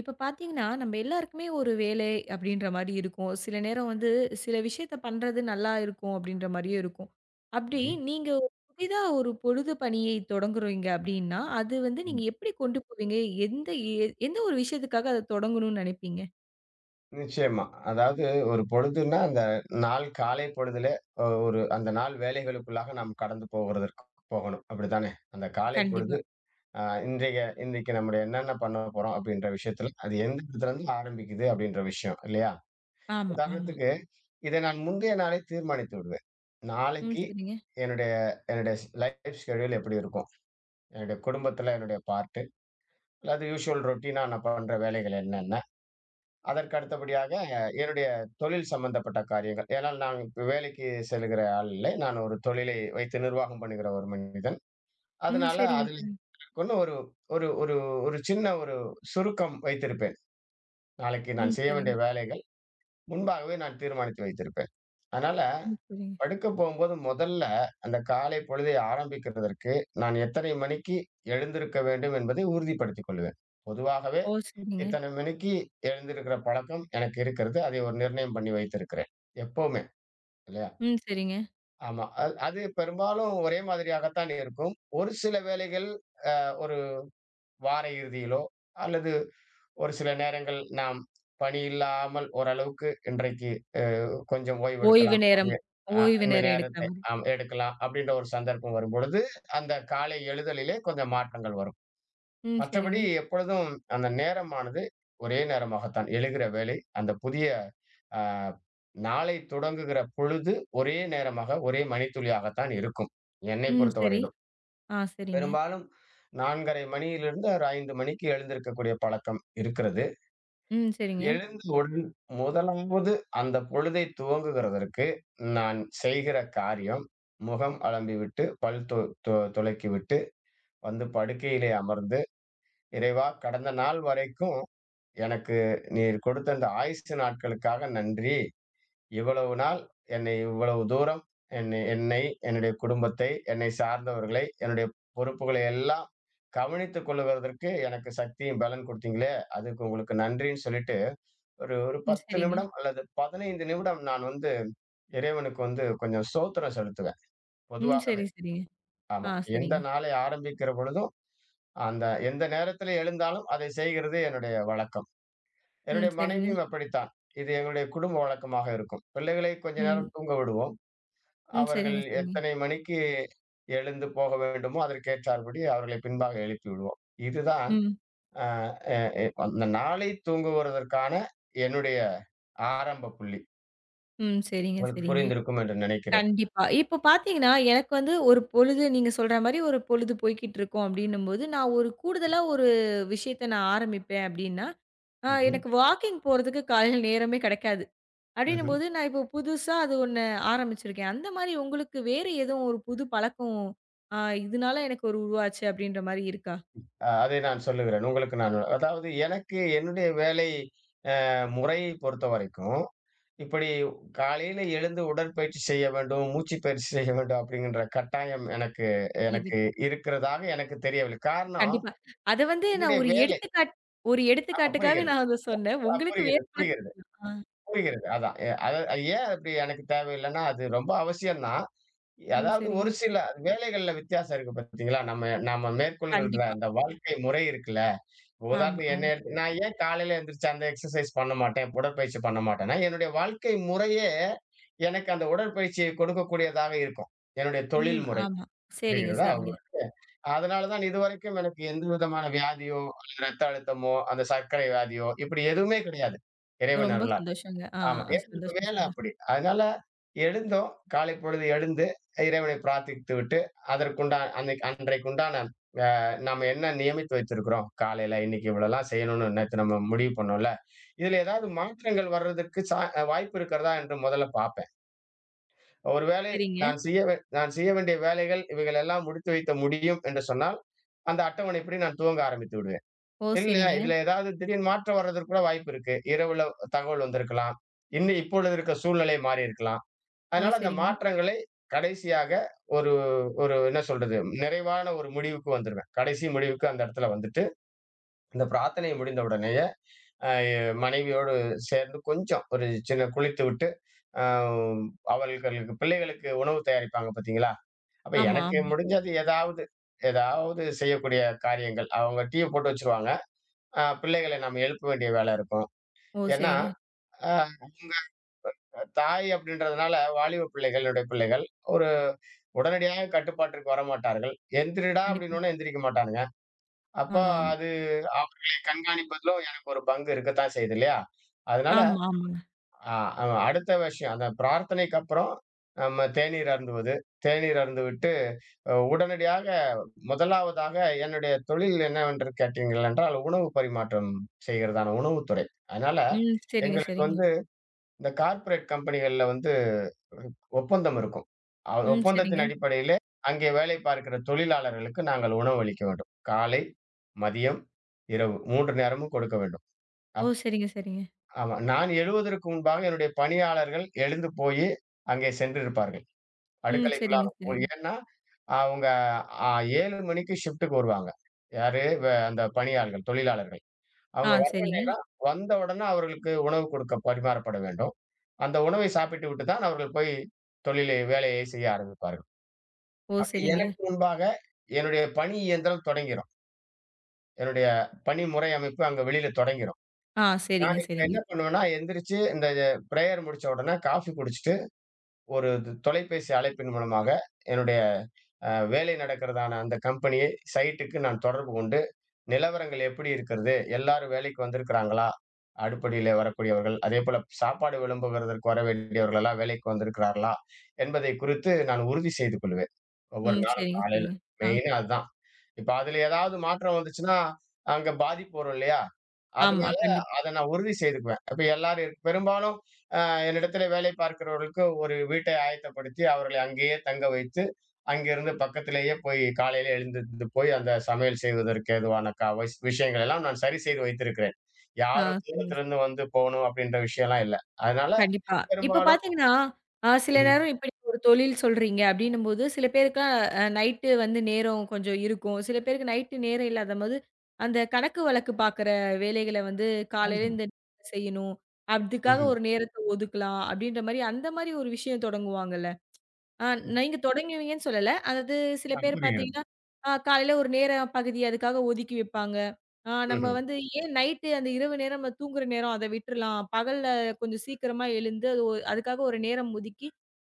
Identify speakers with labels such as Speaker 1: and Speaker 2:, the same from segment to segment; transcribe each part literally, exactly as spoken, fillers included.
Speaker 1: இப்ப பார்த்தீங்கன்னா, நம்ம எல்லாருக்குமே ஒரு வேலை அப்படின்ற மாரி இருக்கும். சில நேரம் வந்து சில விஷயத்த பண்றது நல்லா இருக்கும் அப்படின்ற மாரியும் இருக்கும். அப்படி
Speaker 2: ம்.
Speaker 1: நீங்க ஒரு புதிதா ஒரு பொழுது பணியை தொடங்குறீங்க அப்படின்னா, அது வந்து
Speaker 2: ம்.
Speaker 1: நீங்க எப்படி கொண்டு போவீங்க? எந்த எ எந்த ஒரு விஷயத்துக்காக அத தொடங்கணும்னு நினைப்பீங்க?
Speaker 2: நிச்சயமா. அதாவது ஒரு பொழுதுன்னா, அந்த நாள் காலை பொழுதிலே அ ஒரு அந்த நாள் வேலைகளுக்குள்ளாக நாம் கடந்து போகிறதற்கு போகணும். அப்படித்தானே? அந்த காலை பொழுது
Speaker 1: கண்டிப்பா.
Speaker 2: அ இன்றைய இன்றைக்கு நம்முடைய என்னென்ன பண்ண போறோம் அப்படின்ற விஷயத்துல, அது எந்த இடத்துலருந்து ஆரம்பிக்குது அப்படின்ற விஷயம் இல்லையா?
Speaker 1: ஆமா, ஆமா.
Speaker 2: உதாரணத்துக்கு, இதை நான் முந்தைய நாளே தீர்மானித்து விடுவேன்.
Speaker 1: ம்.
Speaker 2: நாளைக்கு
Speaker 1: சரிங்க.
Speaker 2: என்னுடைய என்னுடைய ஸ் லைஃப் ஷெட்யூல் எப்படி இருக்கும்? என்னுடைய குடும்பத்துல என்னுடைய பார்ட்டு, அல்லது யூசுவல் ரொட்டீனா நான் பண்ற வேலைகள் என்னென்ன? அதற்கு அடுத்தபடியாக என்னுடைய தொழில் சம்பந்தப்பட்ட காரியங்கள். ஏனால் நான் இப்ப வேலைக்கு செல்லுகிற ஆள் இல்லை. நான் ஒரு தொழிலை வைத்து நிர்வாகம் பண்ணுகிற ஒரு மனிதன்.
Speaker 1: ம்.
Speaker 2: அதனால
Speaker 1: சரிங்க,
Speaker 2: அதில்
Speaker 1: சரிங்க.
Speaker 2: எனக்குன்னு ஒரு ஒரு ஒரு ஒரு சின்ன ஒரு சுருக்கம் வைத்திருப்பேன். நாளைக்கு
Speaker 1: ம்.
Speaker 2: நான் செய்ய வேண்டிய
Speaker 1: சரிங்க,
Speaker 2: வேலைகள் முன்பாகவே நான் தீர்மானித்து வைத்திருப்பேன். அதனால
Speaker 1: ம். சரிங்க.
Speaker 2: படுக்க போகும்போது முதல்ல அந்த காலை பொழுதை ஆரம்பிக்கிறதற்கு நான் எத்தனை மணிக்கு எழுந்திருக்க வேண்டும் என்பதை உறுதிப்படுத்திக் கொள்வேன். பொதுவாகவே
Speaker 1: ஓ! சரிங்க.
Speaker 2: இத்தனை மணிக்கு எழுந்திருக்கிற பழக்கம் எனக்கு இருக்கிறது. அதை ஒரு நிர்ணயம் பண்ணி வைத்திருக்கிறேன். எப்பவுமே இல்லையா?
Speaker 1: ம். சரிங்க.
Speaker 2: ஆமா. அது அது பெரும்பாலும் ஒரே மாதிரியாகத்தான் இருக்கும். ஒரு சில வேளைகள் அ ஒரு வார இறுதியிலோ, அல்லது ஒரு சில நேரங்கள் நாம் பணி இல்லாமல் ஓரளவுக்கு இன்றைக்கு கொஞ்சம் ஓய்வு
Speaker 1: ஓய்வு
Speaker 2: எடுக்கலாம்.
Speaker 1: நேரம்
Speaker 2: அப்படியே அ
Speaker 1: ஓய்வு
Speaker 2: இந்த
Speaker 1: நேரம் எடுக்கிற
Speaker 2: நேரத்தை
Speaker 1: மாரி.
Speaker 2: ஆம் எடுக்கலாம். அப்படின்ற ஒரு சந்தர்ப்பம் வரும்பொழுது, அந்த காலை எழுதலிலே கொஞ்சம் மாற்றங்கள் வரும்.
Speaker 1: ம்.
Speaker 2: மற்றபடி
Speaker 1: சரிங்க.
Speaker 2: எப்பொழுதும் அந்த நேரமானது ஒரே நேரமாகத்தான். எழுகிற வேலை, அந்த புதிய அ நாளை தொடங்குகிற பொழுது ஒரே நேரமாக, ஒரே மணித்துளியாகத்தான் இருக்கும். என்னை
Speaker 1: ம். சரி.
Speaker 2: பொறுத்தவரையிலும்.
Speaker 1: ஆ. சரிங்க.
Speaker 2: பெரும்பாலும் நான்கரை மணியிலிருந்து ஒரு ஐந்து மணிக்கு எழுந்திருக்கக்கூடிய பழக்கம் இருக்கிறது.
Speaker 1: ம். சரிங்க.
Speaker 2: எழுந்த உடன் முதலாவது அந்த பொழுதை துவங்குகிறதற்கு நான் செய்கிற காரியம், முகம் அலம்பிவிட்டு, பல் தொ தொ துலக்கிவிட்டு, வந்து படுக்கையிலே அமர்ந்து, இறைவா கடந்த நாள் வரைக்கும் எனக்கு நீர் கொடுத்த அந்த ஆயுசு நாட்களுக்காக நன்றி. இவ்வளவு நாள் என்னை இவ்வளவு தூரம் என்னை என்னை, என்னுடைய குடும்பத்தை, என்னை சார்ந்தவர்களை, என்னுடைய பொறுப்புகளை எல்லாம் கவனித்துக் கொள்ளுகிறதற்கு எனக்கு சக்தியும் பலன் குடுத்தீங்களே! அதுக்கு உங்களுக்கு நன்றின்னு சொல்லிட்டு, ஒரு ஒரு
Speaker 1: ம்.
Speaker 2: பத்து
Speaker 1: சரிங்க.
Speaker 2: நிமிடம் அல்லது பதினைந்து நிமிடம் நான் வந்து இறைவனுக்கு வந்து கொஞ்சம் ஸ்தோத்திரம் செலுத்துவேன்.
Speaker 1: ம். சரி,
Speaker 2: பொதுவாகவே.
Speaker 1: சரிங்க.
Speaker 2: ஆமா.
Speaker 1: ஆ,
Speaker 2: எந்த
Speaker 1: சரிங்க.
Speaker 2: நாளை ஆரம்பிக்கிற பொழுதும், அந்த எந்த நேரத்தில எழுந்தாலும் அதை செய்கிறது என்னுடைய வழக்கம்.
Speaker 1: ம்,
Speaker 2: என்னுடைய
Speaker 1: சரிங்க.
Speaker 2: மனைவியும் அப்படித்தான். இது எங்களுடைய குடும்ப வழக்கமாக இருக்கும். பிள்ளைகளை கொஞ்ச நேரம்
Speaker 1: ம்,
Speaker 2: தூங்க விடுவோம்.
Speaker 1: ம்.
Speaker 2: அவர்கள்
Speaker 1: சரிங்க, சரிங்க.
Speaker 2: எத்தனை மணிக்கு எழுந்து போக வேண்டுமோ, அதற்கேற்றார்படி அவர்களை பின்பாக எழுப்பி விடுவோம். இதுதான்
Speaker 1: ம்,
Speaker 2: அ எ எ அந்த நாளை தூங்குவதற்கான என்னுடைய ஆரம்ப புள்ளி.
Speaker 1: ம். சரிங்க,
Speaker 2: உங்களுக்கு
Speaker 1: சரிங்க.
Speaker 2: புரிந்திருக்கும் என்று நினைக்கிறேன்.
Speaker 1: கண்டிப்பா. இப்போ பார்த்தீங்கன்னா, எனக்கு வந்து ஒரு பொழுது நீங்க சொல்ற மாரி ஒரு பொழுது போய்க்கிட்டுருக்கும் அப்டின்னும்போது, நான் ஒரு கூடுதலா ஒரு விஷயத்த நான் ஆரம்பிப்பேன் அப்டின்னா, அ
Speaker 2: ம்ஹ்ம்,
Speaker 1: எனக்கு வாக்கிங் போறதுக்கு காலையில நேரமே கிடைக்காது.
Speaker 2: ம்ஹ்ம்.
Speaker 1: அப்டின்னும்போது, நான் இப்போ புதுசா அது ஒண்ணு ஆரம்பிச்சிருக்கேன். அந்த மாரி உங்களுக்கு வேறு எதுவும் ஒரு புது பழக்கம், அ இதனால எனக்கு ஒரு உருவாச்சு அப்டின்ற மாரி இருக்கா?
Speaker 2: அ அதை நான் சொல்லுகிறேன். உங்களுக்கு நான் அதாவது எனக்கு என்னுடைய வேலை அ முறையை பொறுத்தவரைக்கும் இப்படி காலையில எழுந்து உடற்பயிற்சி செய்ய வேண்டும், மூச்சு பயிற்சி செய்ய வேண்டும் அப்படிங்கின்ற கட்டாயம் எனக்கு எனக்கு
Speaker 1: இதுக்கு
Speaker 2: இருக்கிறதாக எனக்கு தெரியவில்லை. காரணம்
Speaker 1: கண்டிப்பா. அத வந்து நான்
Speaker 2: என்னுடைய
Speaker 1: ஒரு
Speaker 2: வேலை.
Speaker 1: எடுத்துக்காட் ஒரு
Speaker 2: ஆமா
Speaker 1: எடுத்துக்காட்டுக்காக
Speaker 2: புரிகிறது.
Speaker 1: நான் அத சொன்னேன்.
Speaker 2: அ
Speaker 1: உங்களுக்கு வேற
Speaker 2: புரிகிறது, புரிகிறது,
Speaker 1: பழக்கம் ஆ.
Speaker 2: புரிகிறது. அதான். எ அத அது ஏன் அப்படி எனக்கு தேவையில்லைன்னா, அது ரொம்ப அவசியம் தான்.
Speaker 1: ம்.
Speaker 2: அதாவது
Speaker 1: சரிங்க.
Speaker 2: ஒரு சில வேலைகள்ல வித்தியாசம் இருக்கு பார்த்தீங்களா? நம்ம நாம மேற்கொள்கின்ற
Speaker 1: கண்டிப்பா.
Speaker 2: அந்த வாழ்க்கை முறை இருக்குல்ல.
Speaker 1: ஆமா,
Speaker 2: உதாரணத்துக்கு என்னை
Speaker 1: ஆமா.
Speaker 2: எடுத்து நான் ஏன் காலையில எந்திரிச்சு அந்த எக்ஸர்சைஸ் பண்ண மாட்டேன், உடற்பயிற்சி பண்ண மாட்டேன்னா, என்னுடைய வாழ்க்கை முறையே எனக்கு அந்த உடற்பயிற்சியை கொடுக்கக்கூடியதாக இருக்கும். என்னுடைய தொழில்
Speaker 1: ம்.
Speaker 2: முறை
Speaker 1: ஆமா. சரிங்க,
Speaker 2: புரிகிறதா
Speaker 1: சரிங்க.
Speaker 2: உங்களுக்கு? அதனால தான் இதுவரைக்கும் எனக்கு எந்த விதமான வியாதியோ, அல்லது ரத்த அழுத்தமோ, அந்த சர்க்கரை வியாதியோ இப்படி எதுவுமே கிடையாது. இறைவன்
Speaker 1: ரொம்ப
Speaker 2: அருளால.
Speaker 1: சந்தோஷங்க. ஆ,
Speaker 2: ஆமா.
Speaker 1: ஆ.
Speaker 2: என்னோட
Speaker 1: சந்தோஷம்,
Speaker 2: வேலை
Speaker 1: சந்தோஷம்.
Speaker 2: அப்படி. அதனால எழுந்தோம். காலை பொழுது எழுந்து, இறைவனை பிரார்த்தித்துவிட்டு, அதற்குண்டா அன்னைக்கு அன்றைக்குண்டான அ நாம என்ன நியமித்து வைத்திருக்கிறோம், காலையில இன்னைக்கு இவ்வளலாம் செய்யணும்னு நேத்து நம்ம முடிவு பண்ணோம்ல. இதுல ஏதாவது மாற்றங்கள் வர்றதுக்கு சா அஹ், வாய்ப்பு இருக்கிறதா என்று முதல்ல பார்ப்பேன். ஒருவேளை
Speaker 1: சரிங்க.
Speaker 2: நான் செய்ய வே நான் செய்ய வேண்டிய வேலைகள் இவைகளெல்லாம் முடித்து வைக்க முடியும் என்று சொன்னால், அந்த அட்டவணைப்படி நான் துவங்க ஆரம்பித்து விடுவேன்.
Speaker 1: ஓ!
Speaker 2: இல்ல.
Speaker 1: சரிங்க.
Speaker 2: இதுல ஏதாவது திடீர் மாற்றம் வர்றதற்கு கூட வாய்ப்பு இருக்கு. இரவுல தகவல் வந்திருக்கலாம். இன்னும் இப்பொழுது இருக்க சூழ்நிலை மாறி இருக்கலாம்.
Speaker 1: ஓ!
Speaker 2: அதனால அந்த
Speaker 1: சரிங்க.
Speaker 2: மாற்றங்களை கடைசியாக ஒரு ஒரு என்ன சொல்றது? நிறைவான ஒரு முடிவுக்கு வந்துருவேன். கடைசி முடிவுக்கு அந்த இடத்துல வந்துட்டு, இந்த பிரார்த்தனை முடிந்த உடனேயே, அ மனைவியோடு சேர்ந்து கொஞ்சம் ஒரு சின்ன குளித்துவிட்டு, அ அவர்களுக்கு பிள்ளைகளுக்கு உணவு தயாரிப்பாங்க பார்த்தீங்களா? அப்ப
Speaker 1: ஆமா,
Speaker 2: எனக்கு
Speaker 1: ஆமா.
Speaker 2: முடிஞ்சது ஏதாவது ஏதாவது செய்யக்கூடிய காரியங்கள். அவங்க டீய போட்டு வச்சுருவாங்க. ஆ பிள்ளைகளை நாம் எழுப்ப வேண்டிய வேலை இருக்கும்.
Speaker 1: ஓ!
Speaker 2: ஏன்னா,
Speaker 1: சரிங்க.
Speaker 2: உங்க தாய் அப்படின்றதுனால வாலிப பிள்ளைகள், என்னுடைய பிள்ளைகள். ஒரு உடனடியாக கட்டுப்பாட்டிற்கு வரமாட்டார்கள். எந்திரிடா
Speaker 1: கண்டிப்பா.
Speaker 2: அப்படின்னோனே எந்திரிக்க மாட்டானுங்க. அப்ப
Speaker 1: ஆமா, ஆமா.
Speaker 2: அது அவர்களை கண்காணிப்பதிலும் எனக்கு ஒரு பங்கு இருக்கத்தான் செய்யுது இல்லையா? அதனால
Speaker 1: ஆமா, ஆமாங்க.
Speaker 2: அ அ அடுத்த விஷயம் அந்த பிரார்த்தனைக்கு அப்புறம் நம்ம தேநீர் அருந்துவது. தேநீர் அருந்துவிட்டு அ உடனடியாக முதலாவதாக என்னுடைய தொழில் என்னவென்று கேட்டீர்கள் என்றால், உணவு பரிமாற்றம் செய்கிறதான உணவுத்துறை. அதனால
Speaker 1: ம். சரிங்க,
Speaker 2: எங்களுக்கு
Speaker 1: சரிங்க.
Speaker 2: வந்து இந்த கார்ப்பரேட் கம்பெனிகள்ல வந்து ஒப்பந்தம் இருக்கும். அ
Speaker 1: ம்.
Speaker 2: ஒப்பந்தத்தின்
Speaker 1: சரிங்க.
Speaker 2: அடிப்படையிலே அங்கே வேலை பார்க்கிற தொழிலாளர்களுக்கு நாங்கள் உணவளிக்க வேண்டும். காலை, மதியம், இரவு மூன்று நேரமும் கொடுக்க வேண்டும்.
Speaker 1: ஓ!
Speaker 2: அப்
Speaker 1: சரிங்க, சரிங்க.
Speaker 2: ஆமா. நான் எழுவதற்கு முன்பாக என்னுடைய பணியாளர்கள் எழுந்து போயி அங்கே சென்றிருப்பார்கள்.
Speaker 1: ம்.
Speaker 2: அடுக்கலைக்குள்ளாக
Speaker 1: சரிங்க,
Speaker 2: போய்
Speaker 1: சரிங்க.
Speaker 2: ஏன்னா, அவங்க அ ஏழு மணிக்கு ஷிஃப்ட்டுக்கு வருவாங்க. யாரு? வ அந்த பணியாள்கள், தொழிலாளர்கள்.
Speaker 1: ஆ,
Speaker 2: அவங்க வர்ற
Speaker 1: சரிங்க.
Speaker 2: நேரம், வந்த உடனே அவர்களுக்கு உணவு கொடுக்க பரிமாறப்பட வேண்டும். அந்த உணவை சாப்பிட்டு விட்டு தான் அவர்கள் போய் தொழிலை, வேலையை செய்ய ஆரம்பிப்பார்கள்.
Speaker 1: ஓ!
Speaker 2: அப்ப
Speaker 1: சரிங்க.
Speaker 2: எனக்கு முன்பாக என்னுடைய பணி இயந்திரம் தொடங்கிரும். என்னுடைய பணி முறை அமைப்பு அங்க வெளியில தொடங்கிரும்.
Speaker 1: ஆ, சரிங்க,
Speaker 2: நான் இப்ப
Speaker 1: சரிங்க.
Speaker 2: என்ன பண்ணுவேன்னா, எந்திரிச்சு இந்த பிரேயர் முடிச்ச உடனே காஃபி குடிச்சுட்டு ஒரு து தொலைபேசி அழைப்பின் மூலமாக என்னுடைய அ வேலை நடக்கிறதான அந்த கம்பெனியை சைட்டுக்கு நான் தொடர்பு கொண்டு, நிலவரங்கள் எப்படி இருக்கிறது? எல்லாரும் வேலைக்கு வந்திருக்கிறாங்களா? அடுப்படியிலே வரக்கூடியவர்கள், அதேபோல சாப்பாடு விளம்புகிறதற்கு வர வேண்டியவர்கள் எல்லாம் வேலைக்கு வந்திருக்கிறார்களா? என்பதை குறித்து நான் உறுதி செய்து கொள்வேன். ஒவ்வொரு
Speaker 1: ம்.
Speaker 2: நாளும்
Speaker 1: சரிங்க,
Speaker 2: காலையில.
Speaker 1: சரிங்க. ஆ.
Speaker 2: மெயினா அதுதான். இப்ப அதில ஏதாவது மாற்றம் வந்துச்சுன்னா, அங்க பாதிப்பு வரும் இல்லையா? அது
Speaker 1: ஆமா. கண்டிப்பா.
Speaker 2: அத நான் உறுதி செய்துக்குவேன். அப்ப எல்லாரும் இருக்கு- பெரும்பாலும் அ என்னிடத்திலே வேலை பார்க்கிறவர்களுக்கு ஒரு வீட்டை ஆயத்தப்படுத்தி, அவர்களை அங்கேயே தங்க வைத்து, அங்கிருந்து பக்கத்திலேயே போய் காலையிலே எழுந்திருந்து போய் அந்த சமையல் செய்வதற்கு ஏதுவான க வஸ் விஷயங்கள் எல்லாம் நான் சரி செய்து வைத்திருக்கிறேன்.
Speaker 1: ஆ,
Speaker 2: யாரும்
Speaker 1: சரிங்க.
Speaker 2: தூரத்திலிருந்து வந்து போணும் அப்படின்ற விஷயம்லாம் இல்ல. அதனால
Speaker 1: கண்டிப்பா. இப்ப
Speaker 2: பெரும்பாலும்
Speaker 1: பார்த்தீங்கன்னா, அ சில
Speaker 2: ம்ஹ்ம்.
Speaker 1: நேரம் இப்ப நீங்க ஒரு தொழில் சொல்றீங்க அப்டின்னும்போது, சில பேருக்குலாம் அ நைட்டு வந்து நேரம் கொஞ்சம் இருக்கும். சில பேருக்கு நைட்டு நேரம் இல்லாதபோது, அந்த கணக்கு வழக்கு பார்க்குற வேலைகள வந்து
Speaker 2: ம்ஹ்ம்.
Speaker 1: காலையில இந்த நேரத்துல செய்யணும். அதுக்காக
Speaker 2: ம்ஹ்ம்.
Speaker 1: ஒரு நேரத்த ஒதுக்கலாம். அப்டின்ற மாரி அந்த மாரி ஒரு விஷயம் தொடங்குவாங்கல்ல. ஆ
Speaker 2: ம்.
Speaker 1: நீங்க தொடங்குவீங்கன்னு சொல்லல. அதாவது சில
Speaker 2: ஆ
Speaker 1: பேர்
Speaker 2: புரிகிறது.
Speaker 1: பார்த்தீங்கன்னா, அ காலையில ஒரு நேர பகுதி அதுக்காக ஒதுக்கி வைப்பாங்க. ஆ நம்ம
Speaker 2: ம்ஹ்ம்.
Speaker 1: வந்து ஏன் நைட்டு அந்த இரவு நேரம் நம்ம தூங்குற நேரம் அத விட்டுறலாம். பகல்ல கொஞ்சம் சீக்கிரமா எழுந்து அது ஒ அதுக்காக ஒரு நேரம் ஒதுக்கி,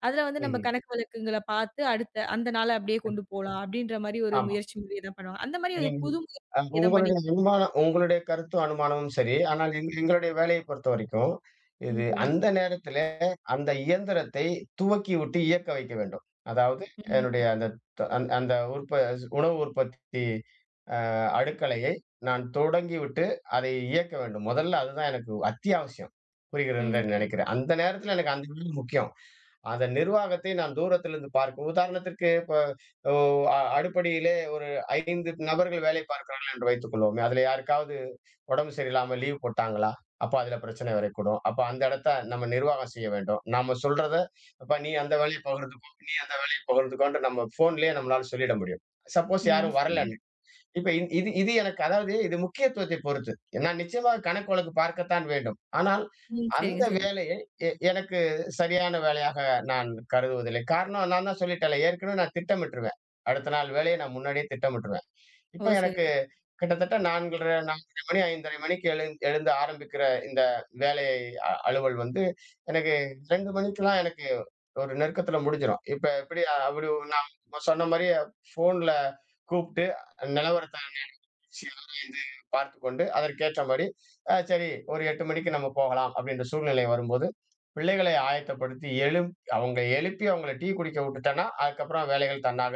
Speaker 1: அதுல வந்து நம்ம
Speaker 2: ம்ஹ்ம்.
Speaker 1: கணக்கு வழக்குங்கள பார்த்து அடுத்த அந்த நாள அப்படியே
Speaker 2: ம்.
Speaker 1: கொண்டு போலாம் அப்படின்ற மாரி ஒரு
Speaker 2: ஆமா.
Speaker 1: முயற்சி முறைய தான் பண்ணுவாங்க. அந்த மாரி ஒரு
Speaker 2: நீங்க
Speaker 1: புது முயற்சி
Speaker 2: அ
Speaker 1: எதுவும்
Speaker 2: உங்களுடைய
Speaker 1: பண்ணியிருக்கீங்க?
Speaker 2: அனுமானம் உங்களுடைய கருத்தும் அனுமானமும் சரி. ஆனால் எங் எங்களுடைய வேலையைப் பொறுத்தவரைக்கும், இது
Speaker 1: ம்.
Speaker 2: அந்த நேரத்திலே அந்த இயந்திரத்தை துவக்கிவிட்டு இயக்க வைக்க வேண்டும். அதாவது என்னுடைய
Speaker 1: சரிங்க.
Speaker 2: அந்த த அந் அந்த உற்ப உணவு உற்பத்தி அ அடுக்கலையை நான் தொடங்கிவிட்டு அதை இயக்க வேண்டும். முதல்ல அதுதான் எனக்கு அத்தியாவசியம். புரிகிறதுன்னு
Speaker 1: ம். சரி.
Speaker 2: நினைக்கிறேன். அந்த நேரத்தில எனக்கு அந்த வேலை முக்கியம். அந்த நிர்வாகத்தை நான் தூரத்திலிருந்து பார்க்க உதாரணத்திற்கு இப்ப ஓ அ அடுப்படியிலே ஒரு ஐந்து நபர்கள் வேலை பார்க்கிறார்கள் என்று வைத்துக்கொள்வோமே, அதில யாருக்காவது உடம்பு சரியில்லாம லீவ் போட்டாங்களா? அப்ப அதில பிரச்சனை வரக்கூடும். அப்ப அந்த இடத்த நம்ம நிர்வாகம் செய்ய வேண்டும். நாம சொல்றத, "அப்பா நீ அந்த வேலைய பகிர்ந்துக்கோ, நீ அந்த வேலைய பகிர்ந்துக்கோன்ட்டு" நம்ம ஃபோன்லயே நம்மளால சொல்லிட முடியும். சப்போஸ்
Speaker 1: ம். சரி. ம்.
Speaker 2: யாரும்
Speaker 1: சரிங்க.
Speaker 2: வரலன்னு. இப்ப இந் இது இது எனக்கு அதாவது இது முக்கியத்துவத்தை பொறுத்து. நான் நிச்சயமாக கணக்கு வழக்கு பார்க்கத்தான் வேண்டும். ஆனால்
Speaker 1: ம்.
Speaker 2: அந்த
Speaker 1: சரிங்க, சரிங்க.
Speaker 2: வேலையை எ எனக்கு சரியான வேலையாக நான் கருதுவதில்லை. காரணம் நான் தான் சொல்லிட்டேன்ல, ஏற்கனவே நான் திட்டமிட்டுருவேன். அடுத்த நாள் வேலையை நான் முன்னாடியே திட்டமிட்டுருவேன்.
Speaker 1: ஓ!
Speaker 2: இப்ப எனக்கு
Speaker 1: சரிங்க, சரிங்க.
Speaker 2: கிட்டத்தட்ட நான்கு அரை 4 1/2 மணி, ஐந்து அரை மணிக்கு எழு எழுந்து ஆரம்பிக்கிற இந்த வேலையை அ அலுவல் வந்து எனக்கு இரண்டு மணிக்கெல்லாம் எனக்கு ஒரு நெருக்கத்துல முடிஞ்சிரும். இப்ப எப்படி அ- அப்படி நான் சொன்ன மாரியே ஃபோன்ல கூப்ட்டு நிலவரத்த ஆராய்ந்து பார்த்துக்கொண்டு, அதற்கேற்றபடி, அ சரி ஒரு எட்டு மணிக்கு நம்ம போகலாம் அப்படின்ற சூழ்நிலை வரும்போது, பிள்ளைகளை ஆயத்தப்படுத்தி எழுப் அவங்க எழுப்பி அவங்கள டீ குடிக்க விட்டுட்டேன்னா, அதுக்கப்புறம் வேலைகள் தன்னாக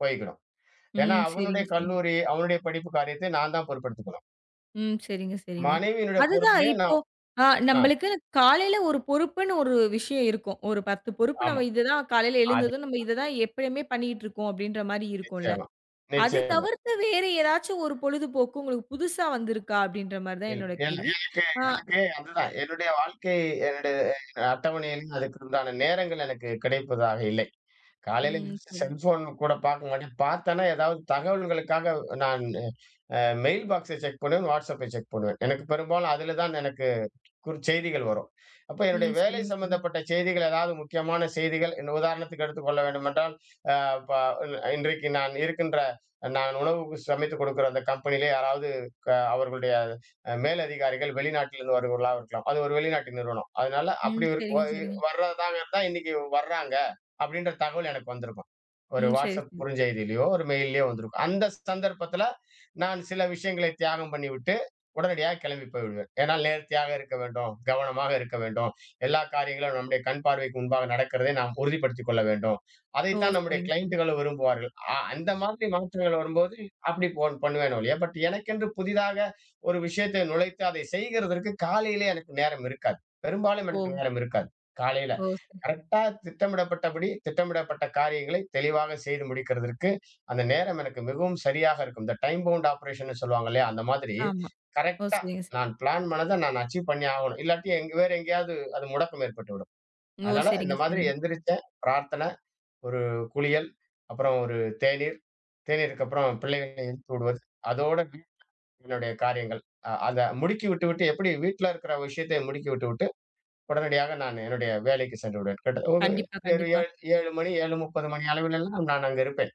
Speaker 2: போய்க்கிடும். ஏன்னா,
Speaker 1: ம்.
Speaker 2: அவனுடைய
Speaker 1: சரிங்க, சரிங்க.
Speaker 2: கல்லூரி, அவனுடைய படிப்பு காரியத்தை நான் தான் பொறுப்பெடுத்துக்கணும்.
Speaker 1: ம். சரிங்க, சரிங்க.
Speaker 2: மனைவியினுடைய
Speaker 1: அதுதான்
Speaker 2: பொறுப்புலயும்
Speaker 1: இப்போ
Speaker 2: நான்
Speaker 1: அ
Speaker 2: ஆ
Speaker 1: நம்பளுக்கு காலையில ஒரு பொறுப்புன்னு ஒரு விஷயம் இருக்கும். ஒரு பத்து பொறுப்பு
Speaker 2: ஆமா.
Speaker 1: நம்ம இதுதான் காலையில
Speaker 2: அது
Speaker 1: எழுந்ததும் நம்ம இத தான் எப்பயுமே பண்ணிட்டு இருக்கோம் அப்படின்ற மாரி இருக்கும்ல.
Speaker 2: நிச்சயமா,
Speaker 1: அது
Speaker 2: நிச்சயமா.
Speaker 1: தவிர்த்து வேறு ஏதாச்சும் ஒரு பொழுதுபோக்கு உங்களுக்கு புதுசா வந்திருக்கா? அப்படின்ற மாரி தான்
Speaker 2: இல்
Speaker 1: என்னோட
Speaker 2: என்
Speaker 1: கேள்வி.
Speaker 2: எனக்கு
Speaker 1: ஆ
Speaker 2: எனக்கு அதுதான் என்னுடைய வாழ்க்கை என்னுடைய அஹ், அட்டவணையில் அதுக்கு உண்டான நேரங்கள் எனக்கு கிடைப்பதாக இல்லை. காலையில
Speaker 1: ம்.
Speaker 2: எந்திரிச்சு
Speaker 1: சரி.
Speaker 2: செல்ஃபோன் கூட பார்க்க மாட்டேன். பார்த்தேன்னா, ஏதாவது தகவல்களுக்காக நான் அ மெயில் பாக்ஸ செக் பண்ணுவேன், வாட்ஸ்அப்பை செக் பண்ணுவேன். எனக்கு பெரும்பாலும் அதில தான் எனக்கு குறு செய்திகள் வரும். அப்ப என்னுடைய
Speaker 1: ம்.
Speaker 2: வேலை
Speaker 1: சரிங்க, சரிங்க.
Speaker 2: சம்பந்தப்பட்ட செய்திகள், ஏதாவது முக்கியமான செய்திகள் இந்த உதாரணத்துக்கு எடுத்துக்கொள்ள வேண்டுமென்றால், அ ப இன்றைக்கு நான் இருக்கின்ற நான் உணவுக்கு சமைத்துக் கொடுக்கிற அந்த கம்பெனியிலே யாராவது க அவர்களுடைய அ மேலதிகாரிகள் வெளிநாட்டிலிருந்து வருபவர்களா இருக்கலாம். அது ஒரு வெளிநாட்டு நிறுவனம். அதனால
Speaker 1: ம்.
Speaker 2: அப்படி ஒரு வ
Speaker 1: சரிங்க, சரிங்க.
Speaker 2: வர்றதாக தான் இன்னைக்கு வர்றாங்க அப்படின்ற தகவல் எனக்கு வந்திருக்கும். ஒரு
Speaker 1: ம். சரி,
Speaker 2: WhatsApp
Speaker 1: சரி.
Speaker 2: குறுஞ்செய்தியிலயோ, ஒரு மெயில்லயோ வந்திருக்கும். அந்த சந்தர்ப்பத்தில நான் சில விஷயங்களை தியாகம் பண்ணிவிட்டு உடனடியாக கிளம்பி போய்விடுவேன். ஏன்னா நேர்த்தியாக இருக்க வேண்டும், கவனமாக இருக்க வேண்டும். எல்லா காரியங்களும் நம்முடைய கண் பார்வைக்கு முன்பாக நடக்கிறதை நாம் உறுதிப்படுத்திக் கொள்ள வேண்டும்.
Speaker 1: ஓ!
Speaker 2: அதைத்தான் நம்முடைய
Speaker 1: சரிங்க, சரிங்க.
Speaker 2: கிளையண்டுகளும் விரும்புவார்கள். அ அந்த மாதிரி மாற்றங்கள் வரும்போது அப்படி போன் பண்ணுவேன் ஒழிய, பட் எனக்கென்று புதிதாக ஒரு விஷயத்தை நுழைத்து அதை செய்கிறதற்கு காலையிலே எனக்கு நேரம் இருக்காது. பெரும்பாலும்
Speaker 1: ஓ!
Speaker 2: எனக்கு நேரம் இருக்காது. காலையில
Speaker 1: ஓ! சரி.
Speaker 2: கரெக்ட்டா திட்டமிடப்பட்டபடி, திட்டமிடப்பட்ட காரியங்களை தெளிவாக செய்து முடிக்கிறதற்கு, அந்த நேரம் எனக்கு மிகவும் சரியாக இருக்கும். இந்த டைம் பவுண்ட் ஆப்பரேஷன்னு சொல்லுவாங்க இல்லையா? அந்த மாதிரி
Speaker 1: ஆமா. ஓ!
Speaker 2: கரெக்ட்டா
Speaker 1: சரிங்க, சரி.
Speaker 2: நான் பிளான் பண்ணத நான் அச்சீவ் பண்ணியே ஆகணும். இல்லாட்டி எங்க வேற எங்கேயாவது அது முடக்கம் ஏற்பட்டுவிடும்.
Speaker 1: ஓ!
Speaker 2: அதனால இந்த
Speaker 1: சரிங்க,
Speaker 2: மாதிரி
Speaker 1: சரிங்க.
Speaker 2: எந்திரிச்சேன், பிரார்த்தனை, ஒரு குளியல், அப்புறம் ஒரு தேநீர், தேநீருக்கு அப்புறம் பிள்ளைகளை எழுப்பி விடுவது. அதோட வீ- என்னுடைய காரியங்கள். அ அத முடுக்கி விட்டு விட்டு எப்படி வீட்ல இருக்கிற விஷயத்தை முடுக்கி விட்டு விட்டு உடனடியாக நான் என்னுடைய வேலைக்கு சென்று விடுவேன். கிட்ட ஒரு
Speaker 1: கண்டிப்பா,
Speaker 2: 7
Speaker 1: கண்டிப்பா.
Speaker 2: 7 ஏழு மணி ஏழு முப்பது மணி அளவிலெல்லாம் நான் அங்கு இருப்பேன்.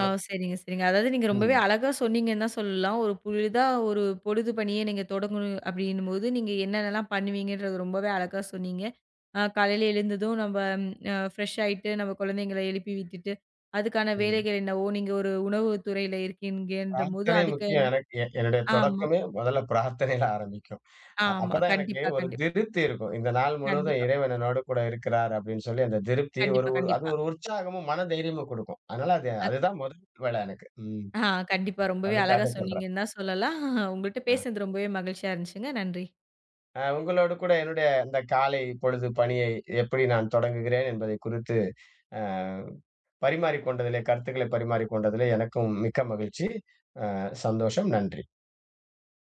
Speaker 1: ஆ சரிங்க, சரிங்க. அதாவது நீங்க ரொம்பவே
Speaker 2: ம்.
Speaker 1: அழகா சொன்னீங்கன்னு தான் சொல்லலாம். ஒரு புதிதா ஒரு பொழுது பணிய நீங்க தொடங்கணும் அப்படின்னும்போது, நீங்க என்னென்னலாம் பண்ணுவீங்கன்றது ரொம்பவே அழகா சொன்னீங்க. அ காலையில எழுந்ததும் நம்ப அ ஃப்ரெஷ் ஆயிட்டு, நம்ம குழந்தைங்கள எழுப்பி விட்டுட்டு, அதுக்கான
Speaker 2: ம்.
Speaker 1: வேலைகள் என்னவோ, நீங்க ஒரு உணவு துறையில இருக்கீங்கன்றபோது,
Speaker 2: பிரார்த்தனை
Speaker 1: அதுக்கு
Speaker 2: முக்கியம்
Speaker 1: என்ன
Speaker 2: எனக்கு. எ என்னுடைய
Speaker 1: ஆமா,
Speaker 2: தொடக்கமே முதல்ல பிரார்த்தனையில ஆரம்பிக்கும். அ
Speaker 1: ஆமா.
Speaker 2: அப்பதான் எனக்கு
Speaker 1: கண்டிப்பா,
Speaker 2: ஒரு
Speaker 1: கண்டிப்
Speaker 2: திருப்தி இருக்கும். இந்த நாள் முழுவதும்
Speaker 1: கண்டிப்பா,
Speaker 2: இறைவன் என்னோடு கூட இருக்கிறார் அப்படின்னு சொல்லி அந்த திருப்தி ஒரு
Speaker 1: கண்டிப்பா,
Speaker 2: ஒரு அது
Speaker 1: கண்டிப்பா.
Speaker 2: ஒரு உற்சாகமும், மன தைரியமும் குடுக்கும். அதனால அது
Speaker 1: அக்
Speaker 2: அதுதான் முதல் வேலை எனக்கு. ம்.
Speaker 1: ஆ கண்டிப்பா ரொம்பவே அழகா
Speaker 2: அதுக்காக சொல்றேன்.
Speaker 1: சொன்னீங்கன்னு தான் சொல்லலாம். உங்கள்ட்ட
Speaker 2: அ.
Speaker 1: பேசினது ரொம்பவே மகிழ்ச்சியா இருந்துச்சுங்க. நன்றி.
Speaker 2: அ உங்களோடு கூட என்னுடைய இந்த காலை பொழுது பணியை எப்படி நான் தொடங்குகிறேன் என்பதை குறித்து, அ பரிமாறிக் கொண்டதிலே, கருத்துக்களை பரிமாறிக் கொண்டதிலே எனக்கும் மிக்க மகிழ்ச்சி. அ சந்தோஷம். நன்றி.